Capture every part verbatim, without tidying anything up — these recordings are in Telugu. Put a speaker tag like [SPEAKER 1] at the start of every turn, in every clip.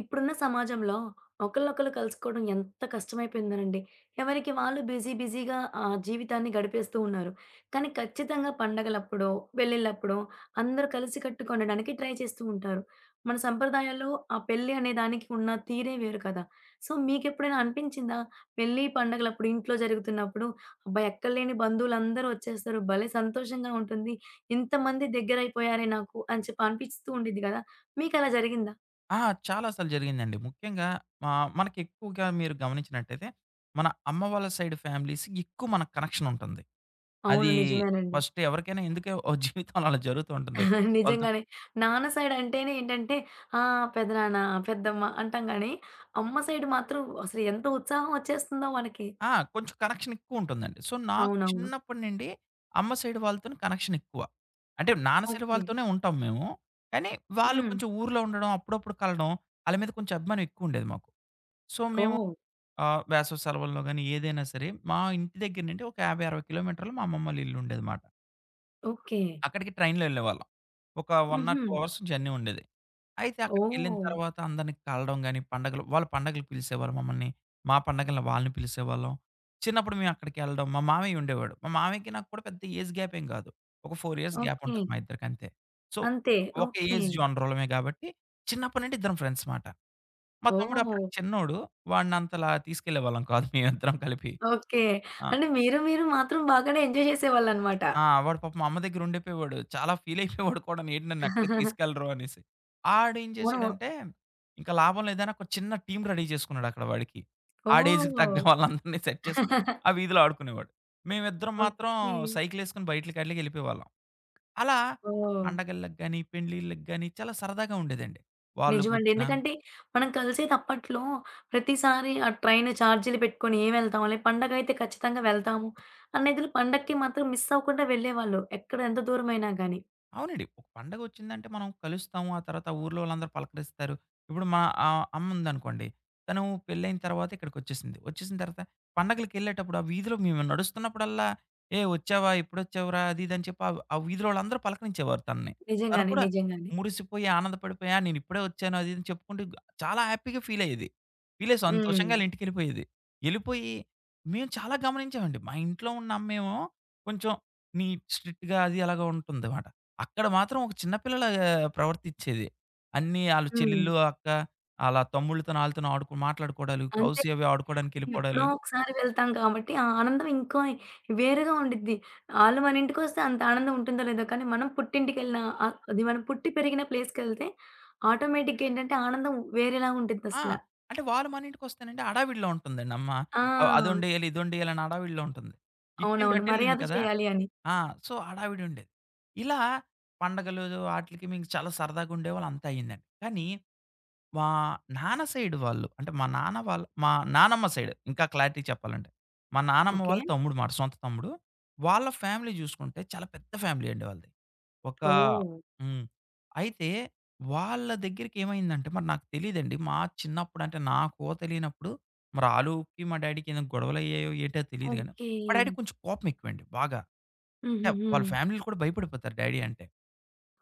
[SPEAKER 1] ఇప్పుడున్న సమాజంలో ఒకళ్ళొకళ్ళు కలుసుకోవడం ఎంత కష్టమైపోయిందోనండి. ఎవరికి వాళ్ళు బిజీ బిజీగా ఆహ్, జీవితాన్ని గడిపేస్తూ ఉన్నారు. కానీ ఖచ్చితంగా పండగలప్పుడో, పెళ్ళిళ్ళప్పుడో అందరూ కలిసికట్టుగా ఉండడానికి ట్రై చేస్తూ ఉంటారు. మన సంప్రదాయాల్లో ఆ పెళ్లి అనే దానికి ఉన్న తీరే వేరు కదా! సో, మీకెప్పుడైనా అనిపించిందా? పెళ్లి, పండగలప్పుడు ఇంట్లో జరుగుతున్నప్పుడు అబ్బా! ఎక్కడలేని బంధువులందరూ వచ్చేస్తారు. భలే సంతోషంగా ఉంటుంది. ఇంతమంది దగ్గరైపోయారే నాకు అని చెప్పి అనిపిస్తూ ఉండిద్ది కదా! మీకలా జరిగిందా?
[SPEAKER 2] ఆ! చాలా సార్లు జరిగిందండి. ముఖ్యంగా ఆహ్, మనకెక్కువగా మీరు గమనించినట్టయితే, మన అమ్మ వాళ్ళ సైడ్ ఫ్యామిలీస్‌కి ఎక్కువ మనకు కనెక్షన్ ఉంటుంది.
[SPEAKER 1] అవును,
[SPEAKER 2] అది
[SPEAKER 1] నిజమేనండి.
[SPEAKER 2] ఫస్ట్ ఎవరికైనా ఎందుకే ఓ జీవితంలో అలా జరుగుతూ ఉంటుంది. వాళ్ళతో
[SPEAKER 1] నిజంగానే. నాన్న సైడ్ అంటేనే ఏంటంటే ఆ! పెదనాన్న, పెద్దమ్మ అంటాం గానీ, అమ్మ సైడ్ మాత్రం అసలు ఎంత ఉత్సాహం వచ్చేస్తుందో మనకి.
[SPEAKER 2] ఆ! కొంచెం కనెక్షన్ ఎక్కువుంటుందండి. సో, నాకు
[SPEAKER 1] అవునవును.
[SPEAKER 2] చిన్నప్పటి నుండి అమ్మ సైడ్ వాళ్ళతోని కనెక్షన్ ఎక్కువ. అంటే నాన్న సైడ్
[SPEAKER 1] ఓకే.
[SPEAKER 2] వాళ్ళతోనే ఉంటాం మేము. కానీ వాళ్ళు
[SPEAKER 1] హ్మ్.
[SPEAKER 2] కొంచెం ఊర్లో ఉండడం, అప్పుడప్పుడు కలడం, ఆళ్ళ మీద కొంచెం అభిమానం ఎక్కువుండేది మాకు. సో, మేము
[SPEAKER 1] ఓహ్!
[SPEAKER 2] ఆహ్, వేసవి సెలవుల్లో గాని ఏదైనా సరే, మా ఇంటి దగ్గర నుండి ఒక యాభై, అరవై కిలోమీటర్లు మా అమ్మమ్మ వాళ్ళ ఇల్లు ఉండేదిమాట.
[SPEAKER 1] ఓకే.
[SPEAKER 2] అక్కడికి ట్రైన్‌లో ఎళ్ళేవాళ్ళం. ఒక ఒకటి ఆర్
[SPEAKER 1] హుహు.
[SPEAKER 2] రెండు అవర్స్ జర్నీ ఉండేది. అయితే అక్కడికెళ్ళిన
[SPEAKER 1] ఓహ్!
[SPEAKER 2] తర్వాత అందరిని కలడం గాని, పండగలు వాళ్ళ పండగలకి పిలిసేవారు మమ్మల్ని. మా పండగలని వాళ్ళని పిలిసేవాళ్ళం. చిన్నప్పుడు మేము అక్కడికెళ్ళడం మా మామయ్య ఉండేవాడు. మా మామయ్యకి నాకు కూడా పెద్ద ఏజ్ గ్యాప్ ఏం కాదు. ఒక నాలుగు ఇయర్స్ గ్యాప్
[SPEAKER 1] ఓకే.
[SPEAKER 2] ఉంటది మా ఇద్దరికి అంతే. సో,
[SPEAKER 1] అంతే.
[SPEAKER 2] ఒక
[SPEAKER 1] ఓకే.
[SPEAKER 2] ఏజ్ జోనర్‌లమే కాబట్టి చిన్నప్పటి నుండి ఇద్దరం ఫ్రెండ్స్ మాట. మా తమ్ముడు
[SPEAKER 1] ఓహ్!
[SPEAKER 2] అప్పటికి చిన్నోడు. వాడిని అంతలా తీసుకెళ్ళేవాళ్ళం కాదు మేమిద్దరం కలిపి.
[SPEAKER 1] ఓకే.
[SPEAKER 2] ఆ!
[SPEAKER 1] అంటే మీరు, మీరు మాత్రం బాగానే ఎంజాయ్ చేసేవాళ్ళనమాట.
[SPEAKER 2] ఆ! వాడు పాపం అమ్మ దగ్గర ఉండిపోయేవాడు. చాలా ఫీల్ అయిపోయేవాడు కూడాను. ఏంటి నన్ను ఎక్కడికి తీసుకెళ్ళరు అనేసి. ఆడేం
[SPEAKER 1] అవును.
[SPEAKER 2] చేసాడంటే, ఇంకా లాభం లేదని ఒక చిన్న టీమ్ రెడీ చేసుకున్నాడు అక్కడ వాడికి. ఆడి ఏజ్‌కి తగ్గ
[SPEAKER 1] ఓహ్!
[SPEAKER 2] వాళ్ళందరిని సెట్ చేసుకొని, ఆ వీధిలో ఆడుకునేవాడు. మేమిద్దరం మాత్రం
[SPEAKER 1] ఓకే.
[SPEAKER 2] సైకిలేసుకొని బయటలకి ఆటిలకి వెళ్ళిపోయేవాళ్ళం. అలా
[SPEAKER 1] ఓహ్!
[SPEAKER 2] పండగలకి గాని, పెళ్ళిళ్ళకి గాని చాలా సరదాగా ఉండేదండి.
[SPEAKER 1] నిజమండి.
[SPEAKER 2] వాళ్ళకొచ్చిన
[SPEAKER 1] ఎందుకంటే మనం కలిసేది అప్పట్లో ప్రతిసారి ఆ ట్రైన్ చార్జీలు పెట్టుకొని ఏం వెళ్తాంలే, పండగైతే ఖచ్చితంగా వెళ్తాము అనేది పండక్కి మాత్రం మిస్ అవ్వకుండా వెళ్ళేవాళ్ళు. ఎక్కడ ఎంత దూరమైనా గాని.
[SPEAKER 2] అవునండి. ఒక పండగొచ్చిందంటే మనం కలుస్తాము. ఆ తర్వాత ఊర్లో వాళ్ళందరూ పలకరిస్తారు. ఇప్పుడు మా ఆహ్, అమ్ముందనుకోండి. తను పెళ్ళైన తర్వాత ఇక్కడికొచ్చేసింది. వచ్చేసిన తర్వాత పండగలకెళ్ళేటప్పుడు ఆ వీధిలో మేము నడుస్తున్నప్పుడల్లా, "ఏయ్! వచ్చావా? ఎప్పుడొచ్చావురా?" అది ఇది అని చెప్పి ఆ ఆ వీధిలో వాళ్ళందరూ పలకరించేవారు తనని. తను
[SPEAKER 1] నిజంగానే.
[SPEAKER 2] కూడా
[SPEAKER 1] నిజంగానే.
[SPEAKER 2] మురిసిపోయి, ఆనందపడిపోయి, "ఆ! నేనిప్పుడే వచ్చాను." అది ఇది అని చెప్పుకుంటూ చాలా హ్యాపీగా ఫీలయ్యేది. ఫీలయ్యి
[SPEAKER 1] హ్మ్.
[SPEAKER 2] సంతోషంగా ఆళ్ళింటికెళ్ళిపోయేది. ఎళ్ళిపోయి మేము చాలా గమనించామండి. మా ఇంట్లో ఉన్న అమ్మేమో కొంచెం నీట్, స్ట్రిక్ట్‌గా అది అలాగా ఉంటుందమాట. అక్కడ మాత్రం ఒక చిన్న పిల్లలాగా ప్రవర్తిచ్చేది. అన్నీ ఆళ్ళ
[SPEAKER 1] హ్మ్.
[SPEAKER 2] చెల్లెళ్ళు, అక్క, ఆళ్ళ తమ్ముళ్ళతోని ఆళ్ళతోని ఆడుకు మాట్లాడుకోవడాలు,
[SPEAKER 1] అంతే.
[SPEAKER 2] కౌసి అవి
[SPEAKER 1] ఎప్పుడో
[SPEAKER 2] ఆడుకోవడానికెళ్ళిపోవడాలు.
[SPEAKER 1] ఒకసారి వెళ్తాం కాబట్టి ఆ ఆనందం ఇంకో వేరేగా ఉండిద్ది. ఆళ్ళు మన ఇంటికొస్తే అంత ఆనందం ఉంటుందో లేదో కానీ మనం పుట్టింటికెళ్ళిన ఆహ్, అది మనం పుట్టి పెరిగిన ప్లేస్‌కెళ్తే ఆటోమేటిక్‌గా ఏంటంటే ఆనందం వేరేలా
[SPEAKER 2] ఆ!
[SPEAKER 1] ఉంటుందసల.
[SPEAKER 2] అంటే వాళ్ళు మన ఇంటికొస్తేనండి హడావిడిలో ఉంటుందండి అమ్మ.
[SPEAKER 1] ఆ!
[SPEAKER 2] ఆహ్, అదొండేయాలి, ఇదొండేయాలి అని హడావిడిలో ఉంటుంది. ఇట్నుండి
[SPEAKER 1] అవునవును.
[SPEAKER 2] అటెళ్ళింది
[SPEAKER 1] మర్యాద
[SPEAKER 2] కదా!
[SPEAKER 1] చేయాలి అని.
[SPEAKER 2] ఆ! సో, హడావిడుండేది. ఇలా పండగలు ఆటిలకి మేము చాలా సరదాగా ఉండేవాళ్ళం అంతా అయ్యిందండి. కానీ మా నాన్న సైడ్ వాళ్ళు అంటే మా నాన్న వాళ్ళ మా నానమ్మ సైడ్ ఇంకా క్లారిటీ చెప్పాలంటే. మా నానమ్మ
[SPEAKER 1] ఓకే.
[SPEAKER 2] వాళ్ళ తమ్ముడు మాట సొంత తమ్ముడు. వాళ్ళ ఫ్యామిలీ చూసుకుంటే చాలా పెద్ద ఫ్యామిలీ అండి వాళ్ళది. ఒక
[SPEAKER 1] ఓహ్!
[SPEAKER 2] హ్మ్. అయితే వాళ్ళ దగ్గరికి ఏమైందంటే మరి నాకు తెలీదండి. మా చిన్నప్పుడు అంటే నాకు తెలియనప్పుడు మరి ఆళ్ళకి మా డ్యాడీకి ఏమైనా గొడవలయ్యాయో ఏంటో తెలీదు గానీ,
[SPEAKER 1] ఓకే.
[SPEAKER 2] మా డ్యాడీకి కొంచెం కోపం ఎక్కువండి బాగా. అంటే
[SPEAKER 1] హుహుహు.
[SPEAKER 2] వాళ్ళ ఫ్యామిలీ‌లు కూడా భయపడిపోతారు డ్యాడీ అంటే.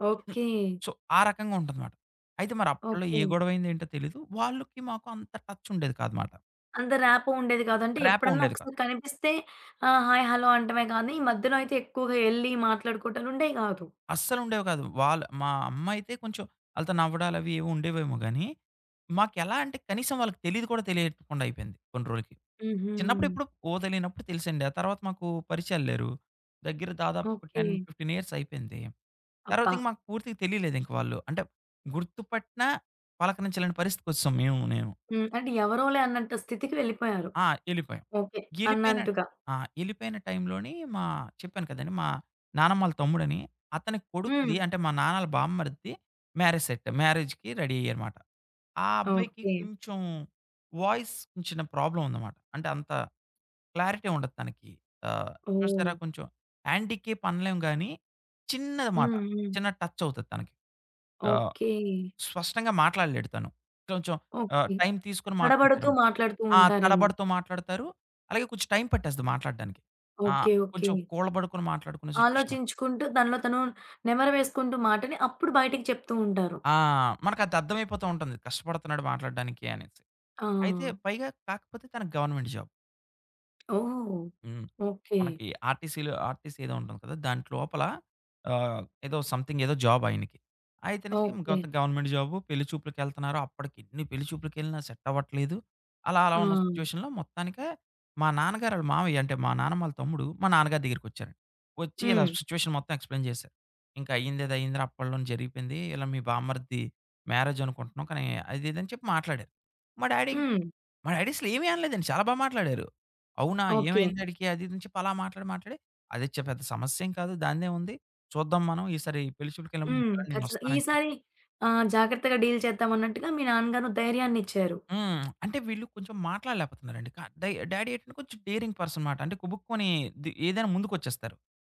[SPEAKER 1] ఓకే.
[SPEAKER 2] సో, ఆ రకంగా ఉంటదమాట. అయితే మరి అప్పట్లో
[SPEAKER 1] ఓకే.
[SPEAKER 2] ఏ గొడవైంది ఏంటో తెలీదు. వాళ్ళకి మాకు అంత టచ్ ఉండేది కాదమాట.
[SPEAKER 1] అంత ర్యాపో ఉండేది కాదు. అంటే
[SPEAKER 2] ర్యాపో
[SPEAKER 1] ఎప్పుడన్నా
[SPEAKER 2] ఉండేది కాదు.
[SPEAKER 1] ఒకసారి కనిపిస్తే ఆహ్, హాయ్, హలో అంటమే కానీ, ఈ మధ్యలో అయితే ఎక్కువగా ఎళ్లి మాట్లాడుకోవటాలుండేయి కాదు.
[SPEAKER 2] అస్సలు ఉండేవి కాదు. వాళ్ళ మా అమ్మ అయితే కొంచెం ఆళ్ళతో నవ్వడాలు అవి ఏవో ఉండేవేమో గానీ, మాకెలా అంటే కనీసం వాళ్ళకి తెలీదు కూడా తెలియకుండా అయిపోయింది కొన్ని రోజులకి.
[SPEAKER 1] హుహు.
[SPEAKER 2] చిన్నప్పుడు ఎప్పుడు ఊహ తెలియనప్పుడు తెలిసండి. ఆ తర్వాత మాకు పరిచయాలు లేరు. దగ్గర దాదాపు ఒక
[SPEAKER 1] ఓకే.
[SPEAKER 2] పది, పదిహేను ఇయర్స్ అయిపోయింది. తర్వాత
[SPEAKER 1] అబ్బా!
[SPEAKER 2] ఇంక మాకు పూర్తిగా తెలియలేదు ఇంక వాళ్ళు. అంటే గుర్తుపట్టినా పలకరించలేని పరిస్థితికొచ్చేసాం మేము, నేను.
[SPEAKER 1] హ్మ్. అంటే ఎవరోలే అన్నంత స్థితికి వెళ్ళిపోయారు.
[SPEAKER 2] ఆ! ఎళ్ళిపోయాం.
[SPEAKER 1] ఓకే.
[SPEAKER 2] ఎళ్ళిపోయిన
[SPEAKER 1] అన్నంతగా.
[SPEAKER 2] ఆ! ఎళ్ళిపోయిన టైంలోని మా చెప్పాను కదండీ! మా నానమ్మ ఆళ్ళ తమ్ముడని, అతని
[SPEAKER 1] హ్మ్.
[SPEAKER 2] కొడుకుది అంటే మా నాన్న ఆళ్ళ బామ్మర్దిది మ్యారేజ్ సెట్. మ్యారేజ్‌కి రెడీ అయ్యారమాట. ఆ అబ్బాయికి
[SPEAKER 1] ఓకే.
[SPEAKER 2] కొంచెం వాయిస్ చిన్న ప్రాబ్లమ్ ఉందన్నమాట. అంటే అంత క్లారిటీ ఉండదు తనకి. ఆహ్,
[SPEAKER 1] ఓహ్!
[SPEAKER 2] చూసారా కొంచెం హ్యాండికేప్ అనలేం గానీ, చిన్నదిమాట.
[SPEAKER 1] హ్మ్.
[SPEAKER 2] చిన్న
[SPEAKER 1] హ్మ్.
[SPEAKER 2] టచ్ అవుతది తనకి. ఆహ్,
[SPEAKER 1] ఓకే.
[SPEAKER 2] స్పష్టంగా మాట్లాడలేడు తను. కొంచెం ఆహ్,
[SPEAKER 1] ఓకే.
[SPEAKER 2] టైం తీసుకొని మాట్లాడతాడు.
[SPEAKER 1] తడబడుతూ మాట్లాడుతూ
[SPEAKER 2] ఆ!
[SPEAKER 1] ఉంటారేమో.
[SPEAKER 2] తడబడుతూ మాట్లాడతారు. అలాగే కొంచెం టైం పట్టేస్తది మాట్లాడడానికి. ఆ!
[SPEAKER 1] ఓకే. ఓకే.
[SPEAKER 2] కొంచెం కూలబడుకొని మాట్లాడుకునే సిట్యుయేషన్ మాట.
[SPEAKER 1] ఆలోచించుకుంటూ తనలో తను నెమరు వేసుకుంటూ మాటని అప్పుడు బయటికి చెప్తూ ఉంటారు.
[SPEAKER 2] ఆ! మనకది అర్థమైపోతూ ఉంటుంది. కష్టపడుతున్నాడు మాట్లాడడానికి అనేసి.
[SPEAKER 1] ఆ!
[SPEAKER 2] అయితే పైగా కాకపోతే తనకి గవర్నమెంట్ జాబ్.
[SPEAKER 1] ఓహ్!
[SPEAKER 2] హ్మ్.
[SPEAKER 1] ఓకే.
[SPEAKER 2] మనకి ఆర్టీసీ‌లో ఆర్టీసీ ఏదో ఉంటుంది కదా! దాంట్ లోపల ఆహ్, ఏదో సంథింగ్ ఏదో జాబ్ ఆయనకి. అయితేనేసి
[SPEAKER 1] ఓకే.
[SPEAKER 2] గత గవర్నమెంట్ జాబు పెళ్లి చూపులకెళ్తున్నారు. అప్పటికి ఎన్ని పెళ్లి చూపులకెళ్ళినా సెట్ అవ్వట్లేదు. అలా అలా
[SPEAKER 1] ఆ!
[SPEAKER 2] ఉన్న సిట్యుయేషన్‌లో మొత్తానికే మా నాన్నగారు ఆళ్ళ మావయ్య అంటే మా నాన్నమ్మ ఆళ్ళ తమ్ముడు మా నాన్నగారి దగ్గరికొచ్చారండి. వచ్చి ఇలా
[SPEAKER 1] హ్మ్.
[SPEAKER 2] సిట్యుయేషన్ మొత్తం ఎక్స్‌ప్లెయిన్ చేశారు. "ఇంక అయిందేదో అయిందిరా అప్పట్లోనే జరిగిపోయింది. ఇలా మీ బామ్మర్ది మ్యారేజ్ అనుకుంటున్నాం. కానీ అది ఇది" అని చెప్పి మాట్లాడారు. మా డ్యాడీ
[SPEAKER 1] హ్మ్.
[SPEAKER 2] మన ఐడీస్‌లో ఏమీ అనలేదండి. చాలా బా మాట్లాడారు. అవునా!
[SPEAKER 1] ఓకే.
[SPEAKER 2] ఏమైంది ఆడికి? అది ఇది అని చెప్పి అలా మాట్లాడి, మాట్లాడి అది చ పెద్ద సమస్యేం కాదు. దానిదేముంది చూద్దాం మనం. ఈసారి పెళ్లి చూపులకెళ్ళినప్పుడు నేను
[SPEAKER 1] హ్మ్.
[SPEAKER 2] పిలవను
[SPEAKER 1] ఖచ్చితం
[SPEAKER 2] నేనొస్తానని
[SPEAKER 1] ఈసారి
[SPEAKER 2] చెప్పి
[SPEAKER 1] ఆహ్, జాగ్రత్తగా డీల్ చేద్దాం అన్నట్టుగా మీ నాన్నగారు ధైర్యాన్నిచ్చారు.
[SPEAKER 2] హ్మ్. అంటే వీళ్ళు కొంచెం మాట్లాడలేకపోతున్నారండి. కా డై డాడీ ఏంటంటే కొంచెం డేరింగ్ పర్సన్ మాట. అంటే గబుక్కుమని ది ఏదైనా ముందుకొచ్చేస్తారు.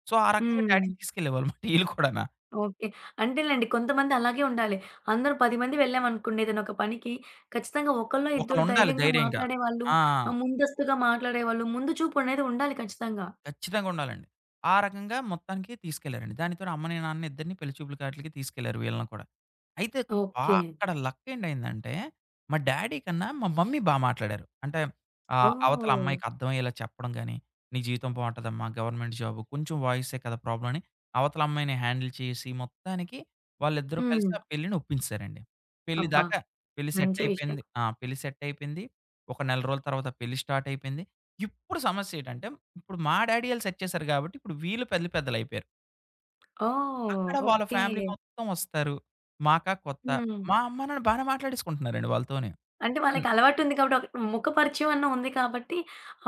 [SPEAKER 2] సో, ఆ రకంగా
[SPEAKER 1] హ్మ్.
[SPEAKER 2] డాడీని తీసుకెళ్ళేవాళ్ళు మాట ఈళ్ళు కూడానా.
[SPEAKER 1] ఓకే. అంతేలెండి కొంతమంది అలాగే ఉండాలి. అందరూ పది మంది వెళ్ళామనుకోండి ఏదైనా ఒక పనికి, ఖచ్చితంగా ఒకళ్ళో ఇద్దరు
[SPEAKER 2] ఒకళ్ళుండాలి
[SPEAKER 1] ధైర్యంగా
[SPEAKER 2] ధైర్యంగా.
[SPEAKER 1] మాట్లాడేవాళ్ళు,
[SPEAKER 2] ఆ!
[SPEAKER 1] ఆహ్, ముందస్తుగా మాట్లాడేవాళ్ళు, ముందు చూపు అనేది ఉండాలి ఖచ్చితంగా.
[SPEAKER 2] ఖచ్చితంగా ఉండాలండి. ఆ రకంగా మొత్తానికి తీసుకెళ్లారండి. దానితోని అమ్మని, నాన్నని ఇద్దరిని పెళ్లి చూపులకి ఆటిలకి తీసుకెళ్లారు వీళ్ళని కూడా. అయితే బా
[SPEAKER 1] ఓకే.
[SPEAKER 2] అక్కడ లక్కేంటయిందంటే, మా డ్యాడీ కన్నా మా మమ్మీ బా మాట్లాడారు. అంటే ఆహ్, అవతల
[SPEAKER 1] ఓహ్!
[SPEAKER 2] అమ్మాయికి అర్థమయ్యేలా చెప్పడం గాని, "నీ జీవితం బావుంటదమ్మా, గవర్నమెంట్ జాబు, కొంచెం వాయిసే కదా ప్రాబ్లమ్" అని అవతల అమ్మాయిని హ్యాండిల్ చేసి, మొత్తానికి వాళ్ళిద్దరూ
[SPEAKER 1] హ్మ్.
[SPEAKER 2] కలిసి ఆ పెళ్ళిని ఒప్పించేసారండి. పెళ్లి
[SPEAKER 1] అబ్బా!
[SPEAKER 2] దాకా పెళ్లి
[SPEAKER 1] మంచి విషయం.
[SPEAKER 2] సెట్టయిపోయింది. ఆ! పెళ్లి సెట్టయిపోయింది. ఒక నెల రోజుల తర్వాత పెళ్లి స్టార్టయిపోయింది. ఇప్పుడు సమస్యేటంటే, ఇప్పుడు మా డ్యాడీ ఆళ్ళు సెట్ చేశారు గాబట్టి, ఇప్పుడు వీళ్ళు పెద్ద పెద్దలయిపోయారు.
[SPEAKER 1] ఓహ్!
[SPEAKER 2] అక్కడ వాళ్ళ
[SPEAKER 1] ఓకే.
[SPEAKER 2] ఫ్యామిలీ మొత్తం వస్తారు. మాకా కొత్త.
[SPEAKER 1] హ్మ్.
[SPEAKER 2] మా అమ్మ, నాన్న బానే మాట్లాడేసుకుంటున్నారండి వాళ్ళతోని.
[SPEAKER 1] అంటే
[SPEAKER 2] అన్
[SPEAKER 1] వాళ్ళకి అలవాటుంది కాబట్టి ఒక ముఖ పరిచయం అన్న ఉంది కాబట్టి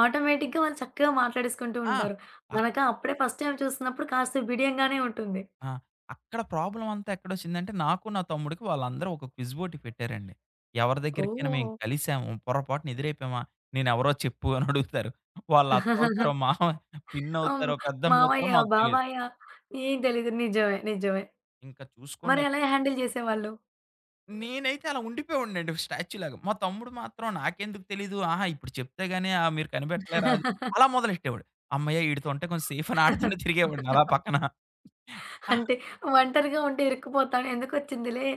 [SPEAKER 1] ఆటోమేటిక్‌గా వాళ్ళు చక్కగా మాట్లాడేసుకుంటూ
[SPEAKER 2] ఆ!
[SPEAKER 1] ఉంటారు.
[SPEAKER 2] అక్
[SPEAKER 1] మనక అప్పుడే ఫస్ట్ టైమ్ చూస్తున్నప్పుడు కాస్త బిడియంగానే ఉంటుంది.
[SPEAKER 2] ఆ! అక్కడ ప్రాబ్లమ్ అంతా ఎక్కడొచ్చిందంటే, నాకు, నా తమ్ముడికి వాళ్ళందరూ ఒక క్విజ్ పోటీ పెట్టారండి. ఎవరి దగ్గరికైనా మేము
[SPEAKER 1] ఓహ్!
[SPEAKER 2] కలిసాము, పొరపాటున ఎదురైపోయామా, నేనెవరో చెప్పు అని అడుగుతారు. వాళ్ళ అత్తవుతారో, మావ
[SPEAKER 1] హ్మ్.
[SPEAKER 2] పిన్నవుతారో, పెద్దమ్మవుతారో
[SPEAKER 1] మావయ్య,
[SPEAKER 2] మాకు తెలీదు.
[SPEAKER 1] బాబాయ ఏం తెలీదు. నిజమే. నిజమే.
[SPEAKER 2] ఇంకా
[SPEAKER 1] మరి
[SPEAKER 2] చూసుకోండి
[SPEAKER 1] ఎలా హ్యాండిల్ చేసేవాళ్ళు?
[SPEAKER 2] నేనైతే అలా ఉండిపోయాడినండి స్టాచ్యూలాగా. మా తమ్ముడు మాత్రం నాకెందుకు తెలీదు. ఆహా! ఇప్పుడు చెప్తే గాని ఆహ్, మీరు కనిపెట్టలేరా అది అలా మొదలెట్టేవాడు. అమ్మయ్య! ఈడితో ఉంటే కొంచెం సేఫ్ అని ఆడితోనే తిరిగేవాడిని అలా పక్కన. ఆహ్,
[SPEAKER 1] అంటే ఒంటరిగా ఉంటే ఇరుక్కుపోతాను. ఎందుకొచ్చిందిలే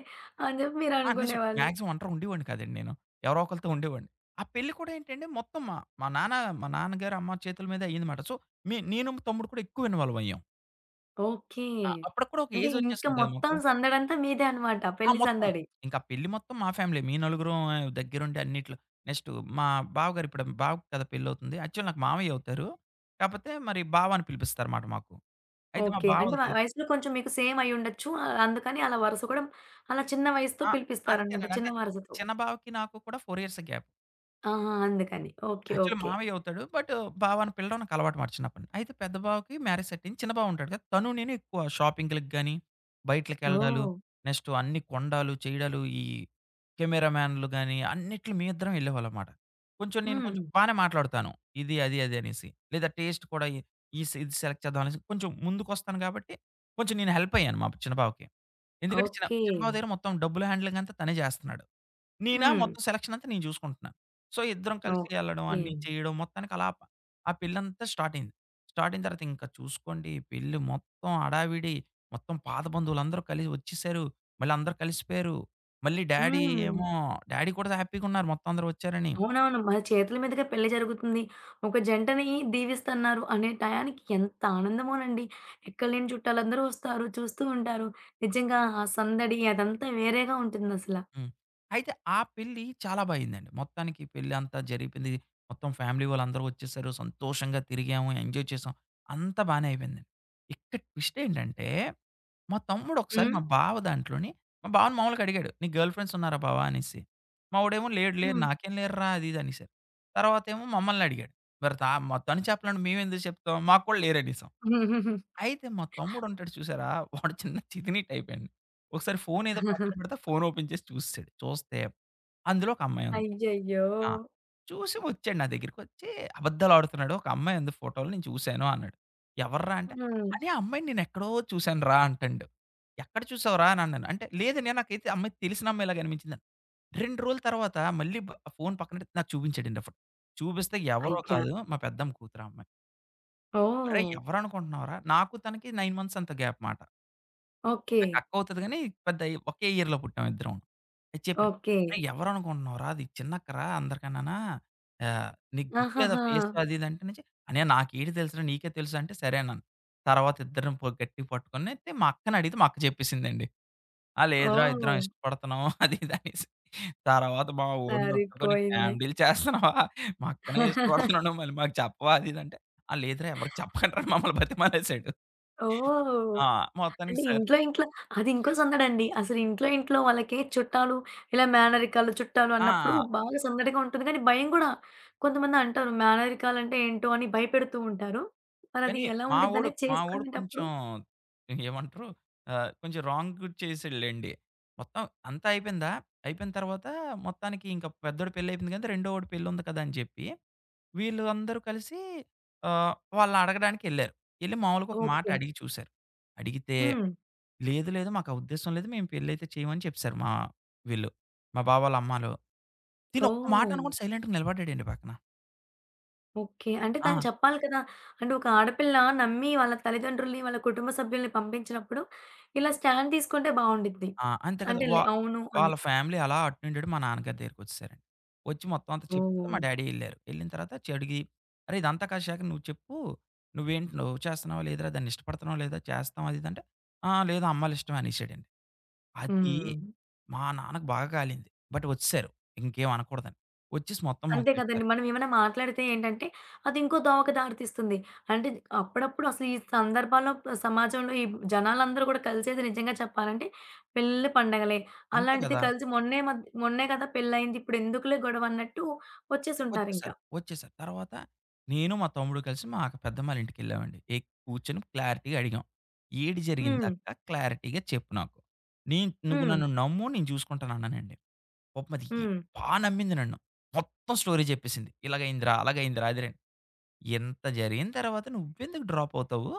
[SPEAKER 1] అని చెప్పి మీరు
[SPEAKER 2] ఆ! నిజం
[SPEAKER 1] అనుకునేవాళ్ళు.
[SPEAKER 2] మాక్సిమం ఒంటరిగా ఉండేవాడిని కాదండి నేను. ఎవరో ఒకళ్ళతో ఉండేవాడిని. ఆ పెళ్లి కూడా ఏంటంటే మొత్తం మా మా నాన్న మా నాన్నగారు, అమ్మ చేతుల మీదే అయిందన్నమాట. సో, మే నేను, తమ్ముడు కూడా ఎక్కువ ఇన్వాల్వ్ అయ్యాం.
[SPEAKER 1] ఓకే.
[SPEAKER 2] ఆ! అప్పటికి కూడా ఒక
[SPEAKER 1] అంటే
[SPEAKER 2] ఏజ్
[SPEAKER 1] ఇంక
[SPEAKER 2] వచ్చేసింది కదా!
[SPEAKER 1] మొత్తం
[SPEAKER 2] మాకు.
[SPEAKER 1] సందడంతా మీదే అన్నమాట.
[SPEAKER 2] ఆ!
[SPEAKER 1] పెళ్లి
[SPEAKER 2] మొత్తం.
[SPEAKER 1] సందడి.
[SPEAKER 2] ఇంకా పెళ్లి మొత్తం మా ఫ్యామిలీ. మీ నలుగురం దగ్గరుండి అన్నిట్లో. నెక్స్ట్ మా బావగారు ఇప్పుడు బావకి కదా పెళ్లవుతుంది. యాక్చువల్ నాకు మామయ్య అవుతారు. కాపోతే మరి బావ అని పిలిపిస్తారన్నమాట మాకు. అయితే మా
[SPEAKER 1] ఓకే. అంటే
[SPEAKER 2] బావది
[SPEAKER 1] వ
[SPEAKER 2] కదా!
[SPEAKER 1] వయసులో కొంచెం మీకు సేమ్ అయ్యుండొచ్చు. ఆహ్, అందుకని అలా వరుస కూడా అలా చిన్న వయసుతో
[SPEAKER 2] ఆ!
[SPEAKER 1] పిలిపిస్తారన్నమాట.
[SPEAKER 2] అంతేనండి.
[SPEAKER 1] చిన్న
[SPEAKER 2] అంటే
[SPEAKER 1] వరుసతో.
[SPEAKER 2] చిన్న బావకి నాకు కూడా నాలుగు ఇయర్స్ గ్యాప్.
[SPEAKER 1] ఆహా! అందుకని. ఓకే.
[SPEAKER 2] Actually
[SPEAKER 1] okay.
[SPEAKER 2] మావయ్య అవుతాడు. బట్ బావ అని పిలవడం నాకు అలవాటు మాట చిన్నప్పటి నుంచి. అయితే పెద్ద బావకి మ్యారేజ్ సెట్ అయింది. చిన్న బావ ఉంటాడు కదా! తను నేను ఎక్కువ షాపింగ్‌లకి గాని, హ్మ్. బయట్లకెళ్ళడాలు,
[SPEAKER 1] ఓహ్!
[SPEAKER 2] నెక్స్ట్ అన్ని కొండాలు, చేయడాలు, ఈ కెమెరామాన్‌లు గాని అన్నిట్లి మీ ఇద్దరం ఎళ్ళేవాళ్ళం మాట. కొంచెం నేను
[SPEAKER 1] హ్మ్.
[SPEAKER 2] కొంచెం బానే మాట్లాడుతాను. ఇది, అది, అది అనేసి. లేదా టేస్ట్ కూడా ఈ ఈ స్ ఇది సెలెక్ట్ చేద్దాం అనేసి కొంచెం ముందుకొస్తాను కాబట్టి కొంచెం నేను హెల్ప్ అయ్యాను మా చిన్న బావకి. ఎందుకంటే చిన్న
[SPEAKER 1] ఓకే.
[SPEAKER 2] చిన్న బావ దగ్గర మొత్తం డబ్బుల హ్యాండ్లింగ్ అంతా తనే చేస్తున్నాడు. నేనా
[SPEAKER 1] హ్మ్.
[SPEAKER 2] మొత్తం సెలక్షన్ అంతా నేను చూసుకుంటున్నాను. సో, ఇద్దరం కలిసి ఎళ్ళడం
[SPEAKER 1] ఓకే.
[SPEAKER 2] అన్నీ చేయడం మొత్తానికి అలా ప ఆ పెళ్ళంతా స్టార్ట్ అయింది. స్టార్ట్ అయిన తర్వాత ఇంకా చూసుకోండి పెళ్లి మొత్తం హడావిడి. మొత్తం పాత బంధువులందరూ కలిసి వచ్చేసారు. మళ్ళీ అందరూ కలిసిపోయారు. మళ్ళీ డ్యాడీ
[SPEAKER 1] హ్మ్.
[SPEAKER 2] ఏమో డ్యాడీ కూడా హ్యాపీ‌గున్నారు మొత్తం అందరూ వచ్చారని.
[SPEAKER 1] అవునవును. మన చేతుల మీదుగా పెళ్లి జరుగుతుంది. ఒక జంటని దీవిస్తున్నారు అనే టయానికి ఎంత ఆనందమోనండి. ఎక్కడలేని చుట్టాలందరూ వస్తారు. చూస్తూ ఉంటారు. నిజంగా ఆ సందడి అదంతా వేరేగా ఉంటుందసల.
[SPEAKER 2] హ్మ్. అయితే ఆ పెళ్లి చాలా బా అయిందండి. మొత్తానికి పెళ్లి అంతా జరిపింది. మొత్తం ఫ్యామిలీ వాళ్ళందరూ వచ్చేసారు. సంతోషంగా తిరిగాము. ఎంజాయ్ చేసాం. అంతా బానే అయిపోయిందండి. ఇక్కడ ట్విస్ట్ ఏంటంటే, మా తమ్ముడు ఒకసారి
[SPEAKER 1] హ్మ్.
[SPEAKER 2] మా బావ దాంట్లోని మా బావని మామూలుగా అడిగాడు. "నీకు గర్ల్ ఫ్రెండ్స్ ఉన్నారా బావ" అనేసి. మా వాడేమో "లేరు లేరు
[SPEAKER 1] హ్మ్.
[SPEAKER 2] నాకేం లేరురా" అది ఇది అనేసారు. తర్వాతేమో మమ్మల్ని అడిగాడు. మరి తా మ తను చెప్పాలంటే మేమెందుకు చెప్తాం? మాకు కూడా లేరనేసాం. అయితే మా తమ్ముడుంటాడు చూసారా! వాడు చిన్న తితిని టైప్ అండి. ఒకసారి ఫోన్ ఏదో పక్కన పెడితే ఫోన్ ఓపెన్ చేసి చూసేసాడు. చూస్తే అందులో ఒక అమ్మాయి ఉంది.
[SPEAKER 1] అయ్యయ్యో!
[SPEAKER 2] ఆ! చూసి వచ్చాడు నా దగ్గరికొచ్చి అబద్ధాలు ఆడుతున్నాడు. ఒక అమ్మాయి ఉంది ఫోటోలో నేను చూసాను అన్నాడు. ఎవర్రా అంటే,
[SPEAKER 1] హ్మ్.
[SPEAKER 2] "అనే ఆ అమ్మాయిని నేనెక్కడో చూసానురా" అంటాండు. "ఎక్కడ చూసావురా?" అని అన్నాను. అంటే లేదండి నాకైతే అమ్మాయి తెలిసిన అమ్మాయిలాగా అనిపించిందని. రెండు రోజుల తర్వాత మళ్ళీ బ ఫోన్ పక్కన పెట్టి నాకు చూపించాడండి ఆ ఫోటో. చూపిస్తే ఎవరో
[SPEAKER 1] అయ్యా!
[SPEAKER 2] కాదు మా పెద్దమ్మ కూతురు ఆ అమ్మాయి. అరేయ్!
[SPEAKER 1] ఓహ్!
[SPEAKER 2] ఎవరనుకుంటున్నావురా? నాకు తనకి తొమ్మిది మంత్స్ ఎంతో గ్యాప్ మాట.
[SPEAKER 1] ఓకే.
[SPEAKER 2] నాకు అక్క అవుతది గానీ, పెద్ద ఒకే ఇయర్‌లో పుట్టాం ఇద్దరమును. అయితే చెప్పాను.
[SPEAKER 1] ఓకే.
[SPEAKER 2] "అరేయ్! ఎవరనుకుంటున్నావురా? అది చిన్నక్కరా అందరికన్నానా? ఆహ్, నీకు గుర్తులేదా
[SPEAKER 1] ఆహాహా!
[SPEAKER 2] ఫేసు అది ఇది" అంటే నుంచి "అన్నయ్య నాకేటి తెలుసురా? నీకే తెలుసు" అంటే సరే అన్నాను. తర్వాత ఇద్దరిని పొ గట్టిగా పట్టుకొని అయితే మా అక్కనడిగితే మా అక్క చెప్పేసిందండి. ఆ! లేదురా ఇద్దరం
[SPEAKER 1] ఓహ్!
[SPEAKER 2] ఇష్టపడుతున్నాం అది ఇది అనేసి. తర్వాత మా వోడినొట్టుకొని
[SPEAKER 1] సరిపోయింది.
[SPEAKER 2] కామెడీలు చేస్తున్నావా? మా అక్కనే ఇష్టపడుతున్నాను మళ్ళీ మాకు చెప్పవా? అది ఇది అంటే, ఆ! లేదురా ఎవరికీ చెప్పకండ్రా అని మమ్మల్ని బతిమాలేసాడు.
[SPEAKER 1] ఓహ్!
[SPEAKER 2] ఆ! మొత్తానికి
[SPEAKER 1] అంటే
[SPEAKER 2] సరే
[SPEAKER 1] ఇంట్లో ఇంట్లో అది ఇంకో సందడండి. అసలు ఇంట్లో ఇంట్లో వాళ్ళకి చుట్టాలు, ఇలా మేనరికాలు, చుట్టాలు అన్నప్పుడు
[SPEAKER 2] ఆ!
[SPEAKER 1] బాగా సందడిగా ఉంటుంది. కానీ భయం గూడా. కొంతమంది అంటారు మేనరికాలంటే ఏంటో అని భయపెడుతూ ఉంటారు. మరది
[SPEAKER 2] కానీ
[SPEAKER 1] ఎలా
[SPEAKER 2] మా వోడు
[SPEAKER 1] ఉండిద్దనేది
[SPEAKER 2] మా వోడు
[SPEAKER 1] చేసుకునేటప్పుడు
[SPEAKER 2] కొంచెం ఏమంటారు? ఆహ్, కొంచెం రాంగ్ చేసాడులెండి. మొత్తం అంతా అయిపోయిందా? అయిపోయిన తర్వాత మొత్తానికి ఇంకా పెద్దోడి పెళ్లి అయిపోయింది కదా! రెండోవాడి పెళ్లి ఉంది కదా! అని చెప్పి వీళ్ళు అందరూ కలిసి ఆహ్, వాళ్ళనడగడానికెళ్లారు. ఎళ్లి మామూలుగా ఒక హ్మ్. మాట
[SPEAKER 1] ఓకే.
[SPEAKER 2] అడిగి చూసారు. అడిగితే,
[SPEAKER 1] హ్మ్.
[SPEAKER 2] "లేదు, లేదు మాకా ఉద్దేశ్యం లేదు. మేము పెళ్లయితే చేయమని" చెప్పేసారు మా వీళ్ళు. మా బావ వాళ్ళ అమ్మాలు. తిను ఒక్క మాట
[SPEAKER 1] ఓహ్!
[SPEAKER 2] అనకుండా సైలెంట్‌గా నిలబడ్డాడండి పక్కన.
[SPEAKER 1] ఓకే. అంటే
[SPEAKER 2] ఆ!
[SPEAKER 1] తను చెప్పాలి కదా! అంటే ఒక ఆడపిల్ల నమ్మి వాళ్ళ తల్లిదండ్రుల్ని, వాళ్ళ కుటుంబ సభ్యుల్ని పంపించినప్పుడు ఇలా స్టాండ్ తీసుకుంటే బావుండిద్ది.
[SPEAKER 2] ఆ! అంతే కదా!
[SPEAKER 1] అంటే
[SPEAKER 2] వా
[SPEAKER 1] లే అవును అని.
[SPEAKER 2] వాళ్ళ ఫ్యామిలీ అలా అటు నుండెళ్ళి మా నాన్నగారి దగ్గరికొచ్చేసారండి. వచ్చి మొత్తం అంతా చెప్పిన తర్వాత మా
[SPEAKER 1] ఓహ్!
[SPEAKER 2] డ్యాడీ ఎళ్లారు. ఎళ్ళిన తర్వాత చ్ అడిగి, "అరే! ఇదంతా కాశాక నువ్వు చెప్పు. నువ్వేంటి లవ్ చేస్తున్నావా? లేదురా? దాన్నిష్టపడుతున్నావా లేదా? చేస్తావా?" అది ఇది అంటే, "ఆ! లేదు అమ్మాయిలిష్టమే" అనేసాడండి. అది
[SPEAKER 1] హ్మ్.
[SPEAKER 2] మా నాన్నకి బాగా కాలింది. బట్ వచ్చేసారు. ఇంకేం అనకూడదని. వచ్చేసి మొత్తం మాకు
[SPEAKER 1] అంతే కదండీ.
[SPEAKER 2] చెప్పారు.
[SPEAKER 1] మనం ఏమైనా మాట్లాడితే ఏంటంటే, అది ఇంకో దోవకి దారి తీస్తుంది. అంటే అప్పుడప్పుడు అసలు ఈ సందర్భాల్లో సమాజంలో ఈ జనాలందరూ కూడా కలిసేది నిజంగా చెప్పాలంటే పెళ్లి పండగలే.
[SPEAKER 2] అంతే
[SPEAKER 1] అలాంటిది
[SPEAKER 2] కదా!
[SPEAKER 1] కలిసి మొన్నే మద్ మొన్నే కదా పెళ్లయింది. ఇప్పుడెందుకులే గొడవ అన్నట్టు వచ్చేసుంటారింక.
[SPEAKER 2] వచ్చేసారు. వచ్చేసారు. తర్వాత నేను, మా తమ్ముడు కలిసి మా పెద్దమ్మాళ్ళ ఇంటికెళ్ళామండి. ఏ కూర్చొని క్లారిటీగా అడిగాం. "ఏటి
[SPEAKER 1] హ్మ్.
[SPEAKER 2] జరిగిందక్క? క్లారిటీగా చెప్పు నాకు. నేను నువ్వు
[SPEAKER 1] హ్మ్.
[SPEAKER 2] నన్ను నమ్ము నేను చూసుకుంటాను" అన్నానండి. పాపం అది
[SPEAKER 1] హ్మ్.
[SPEAKER 2] బా నమ్మింది నన్ను. మొత్తం స్టోరీ చెప్పేసింది. "ఇలాగయిందిరా, అలాగయిందిరా" అది ఇంత జరిగిన తర్వాత నువ్వెందుకు డ్రాప్ అవుతావు?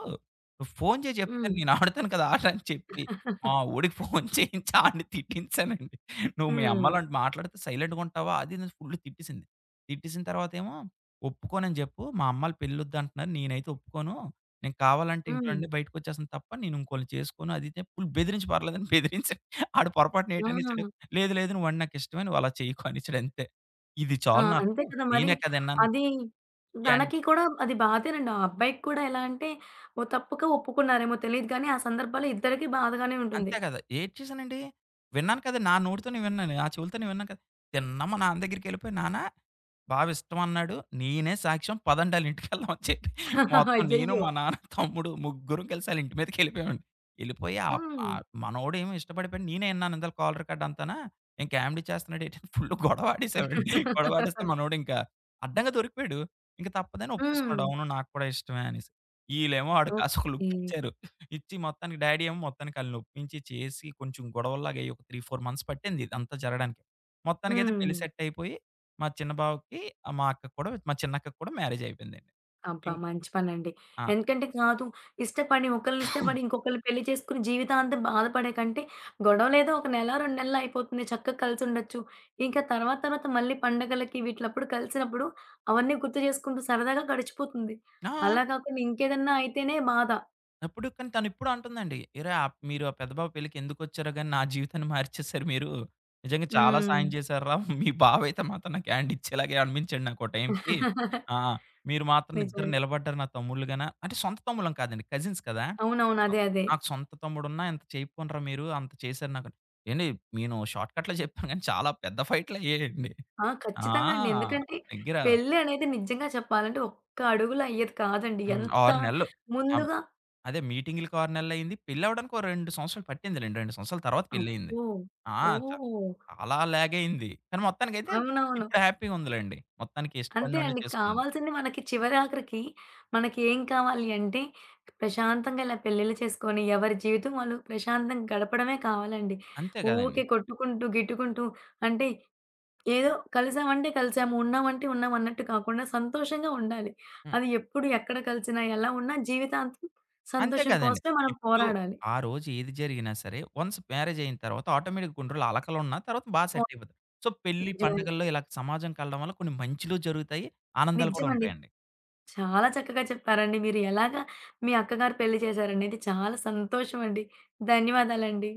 [SPEAKER 2] నువ్వు ఫోను చేసి
[SPEAKER 1] హ్మ్.
[SPEAKER 2] చెప్తాను నేను ఆడుతాను కదా ఆట అని చెప్పి, మా వోడికి ఫోను చేయించి ఆడిని తిట్టించానండి. నువ్వు మీ
[SPEAKER 1] హ్మ్.
[SPEAKER 2] అమ్మలాంటి మాట్లాడితే సైలెంట్‌గా ఉంటావా? అది ఇది అని ఫుల్ తిట్టేసింది. తిట్టేసిన తర్వాతేమో ఒప్పుకోనని చెప్పు. మా అమ్మాళ్ళు పెళ్ళొద్దు అంటున్నారు. నేనైతే ఒప్పుకోను. నేను కావాలంటే ఇంట్లో
[SPEAKER 1] హ్మ్.
[SPEAKER 2] నుండి బయటకొచ్చేస్తాను తప్ప నేను ఇంకోళ్ళని చేసుకోను. అది ఇది అని ఫుల్ బెదిరించి పర్లేదని బెదిరించాను. ఆడు పొరపాటున
[SPEAKER 1] ఆ!
[SPEAKER 2] ఏటనేసాడు, "లేదు లేదు నువ్వంటే నాకిష్టమే. నువ్వు అలా చేయకు" అనేసాడు అంతే. ఇది
[SPEAKER 1] ఆ!
[SPEAKER 2] చాలు నాకు.
[SPEAKER 1] అంతే కదా! మరి
[SPEAKER 2] నేనే కదా! విన్నాను.
[SPEAKER 1] అది
[SPEAKER 2] ఎన్
[SPEAKER 1] తనకి కూడా అది బాధేనండి. ఆ అబ్బాయికి కూడా ఎలా అంటే, ఓ తప్పుగా ఒప్పుకున్నారేమో తెలీదు కానీ, ఆ సందర్భాల్లో ఇద్దరికీ బాధగానే ఉంటుంది.
[SPEAKER 2] అంతే కదా! ఏడ్చేసానండి. విన్నాను కదా! నా నోటితోనే విన్నాను. నా చెవులతోనే విన్నాను కదా! తిన్నగా మా నాన్న దగ్గరికెళ్ళిపోయి, "నాన్న బావ ఇష్టం అన్నాడు. నేనే సాక్ష్యం. పదండి ఆళ్ళింటికెళ్దాం" అని చెప్పి మొత్తం నేను,
[SPEAKER 1] అయ్యయ్యో!
[SPEAKER 2] మా నాన్న, తమ్ముడు ముగ్గురం కలిసి ఆళ్ళింటి మీదకెళ్ళిపోయామండి. ఎళ్ళిపోయి ఆప్
[SPEAKER 1] హ్మ్.
[SPEAKER 2] ఆహ్, మనోడేమో ఇష్టపడిపోయాడు. నేనే ఇన్నాను ఇందాల కాల్ రికార్డ్ అంతానా. "ఏం కామెడీ చేస్తున్నాడు ఏంటి" ఫుల్ గొడవ ఆడేసామండి. గొడవ ఆడేస్తే మనోడింకా అడ్డంగా దొరికిపోయాడు. ఇంక తప్పదని
[SPEAKER 1] హ్మ్.
[SPEAKER 2] ఒప్పేసుకున్నాడు. "అవును నాకు కూడా ఇష్టమే" అనేసి. ఈళ్ళేమో ఆడికి అసలు
[SPEAKER 1] ఓకే.
[SPEAKER 2] లుక్కిచ్చారు. ఇచ్చి మొత్తానికి డ్యాడీ ఏమో మొత్తానికి ఆళ్ళని ఒప్పించి చేసి కొంచెం గొడవల్లాగా అయ్యి ఒక మూడు, నాలుగు మంత్స్ పట్టింది ఇదంతా జరగడానికి. హ్మ్. మొత్తానికైతే
[SPEAKER 1] హ్మ్.
[SPEAKER 2] పెళ్లి సెట్ అయిపోయి మా చిన్న బావకి, ఆ మా అక్కకి కూడా మా చిన్నక్కకి కూడా మ్యారేజ్ అయిపోయిందండి.
[SPEAKER 1] అబ్బా!
[SPEAKER 2] ఇం
[SPEAKER 1] మంచి పనండి.
[SPEAKER 2] ఆ!
[SPEAKER 1] ఎందుకంటే కాదు ఇష్టపడి ఒకళ్ళని ఇష్టపడి ఇంకొకళ్ళని పెళ్లి చేసుకొని జీవితాంతం బాధపడే కంటే, గొడవలేదో ఒక నెల, రెండు నెలలు అయిపోతుంది. చక్కగా కలిసుండొచ్చు. ఇంకా తర్వాత తర్వాత మళ్ళీ పండగలకి వీట్లప్పుడు కలిసినప్పుడు అవన్నీ గుర్తు చేసుకుంటూ సరదాగా గడిచిపోతుంది.
[SPEAKER 2] ఆ!
[SPEAKER 1] అలా కాకుండా ఇంకేదన్నా అయితేనే బాధ.
[SPEAKER 2] అప్పుడు కానీ తనిప్పుడు అంటుందండి. "ఏరే! ఆప్ మీరు ఆ పెద్ద బాబు పెళ్ళికి ఎందుకొచ్చారో గాని నా జీవితాన్ని మార్చేసారు మీరు. నిజంగా చాలా
[SPEAKER 1] హ్మ్.
[SPEAKER 2] సాయం చేశారురా. మీ బాబయితే మాత్రం నాకు హ్యాండ్ ఇచ్చేలాగే అనిపించాడు నాకో టైంకి. ఆ! మీరు మాత్రం ఇద్దరు
[SPEAKER 1] నిజమే.
[SPEAKER 2] నిలబడ్డారు నా తమ్ముళ్ళుగాన" అంటే సొంత తమ్ముళ్ళం కాదండి. కజిన్స్ కదా!
[SPEAKER 1] అవునవును.
[SPEAKER 2] సో,
[SPEAKER 1] అదే. అదే.
[SPEAKER 2] నాకు సొంత తమ్ముడున్నా ఇంత చేయకపోనరా మీరు అంత చేశారు నాకు. "ఏండి నేను షార్ట్ కట్‌లో చెప్పాను గాని చాలా పెద్ద ఫైట్‌లయ్యాయండి."
[SPEAKER 1] ఆ!
[SPEAKER 2] ఆ!
[SPEAKER 1] ఖచ్చితంగా అండి. ఎందుకంటే
[SPEAKER 2] దగ్గర
[SPEAKER 1] పెళ్లి అనేది నిజంగా చెప్పాలంటే ఒక్క అడుగులో అయ్యేది కాదండి.
[SPEAKER 2] హ్మ్.
[SPEAKER 1] ఎంత
[SPEAKER 2] ఆరు నెలలు.
[SPEAKER 1] ముందుగా
[SPEAKER 2] అదే మీటింగ్‌లకి ఆరు నెలలయింది. పెళ్లవ్వడానికి ఓ రెండు సంవత్సరాలు పట్టిందిలెండి. రెండు సంవత్సరాల తర్వాత పెళ్లయింది.
[SPEAKER 1] అబ్బో!
[SPEAKER 2] ఆ! చ
[SPEAKER 1] ఓహ్!
[SPEAKER 2] చాలా లాగయింది. కానీ మొత్తానికైతే
[SPEAKER 1] అవునవును.
[SPEAKER 2] ఇప్పుడు హ్యాపీగుందిలెండి. మొత్తానికి
[SPEAKER 1] అంతే
[SPEAKER 2] ఇష్టపడినోడినే
[SPEAKER 1] అండి.
[SPEAKER 2] చేసుకుంది.
[SPEAKER 1] కావాల్సింది మనకి చివరి ఆఖరికి మనకేం కావాలి అంటే, ప్రశాంతంగా ఇలా పెళ్ళిళ్ళు చేసుకొని, ఎవరి జీవితం వాళ్ళు ప్రశాంతంగా గడపడమే కావాలండి.
[SPEAKER 2] అంతే కదండీ!
[SPEAKER 1] ఊకే కొట్టుకుంటూ, గిట్టుకుంటూ అంటే ఏదో కలిసామంటే కలిసాము, ఉన్నామంటే ఉన్నాం అన్నట్టు కాకుండా సంతోషంగా ఉండాలి.
[SPEAKER 2] హ్మ్.
[SPEAKER 1] అది ఎప్పుడు, ఎక్కడ కలిసినా, ఎలా ఉన్నా జీవితాంతం
[SPEAKER 2] అంతే
[SPEAKER 1] సంతోషం
[SPEAKER 2] కదండీ!
[SPEAKER 1] కోసమే మనం
[SPEAKER 2] ఇప్పుడు
[SPEAKER 1] పోరాడాలి.
[SPEAKER 2] ఆ రోజు ఏది జరిగినా సరే వన్స్ మ్యారేజయిన తర్వాత ఆటోమేటిక్‌గా కొన్ని రోజులు అలకలున్నా తర్వాత బా
[SPEAKER 1] అవును,
[SPEAKER 2] సెట్టయిపోతారు. సో, పెళ్లి
[SPEAKER 1] నిజమేనండి.
[SPEAKER 2] పండగల్లో ఇలా సమాజం కలడం వల్ల కొన్ని మంచిలు జరుగుతాయి. ఆనందాలు కూడా
[SPEAKER 1] నిజమండి.
[SPEAKER 2] ఉంటాయండి.
[SPEAKER 1] చాలా చక్కగా చెప్పారండి. మీరు ఎలాగా మీ అక్కగారు పెళ్లి చేశారనేది చాలా సంతోషమండి. ధన్యవాదాలండి.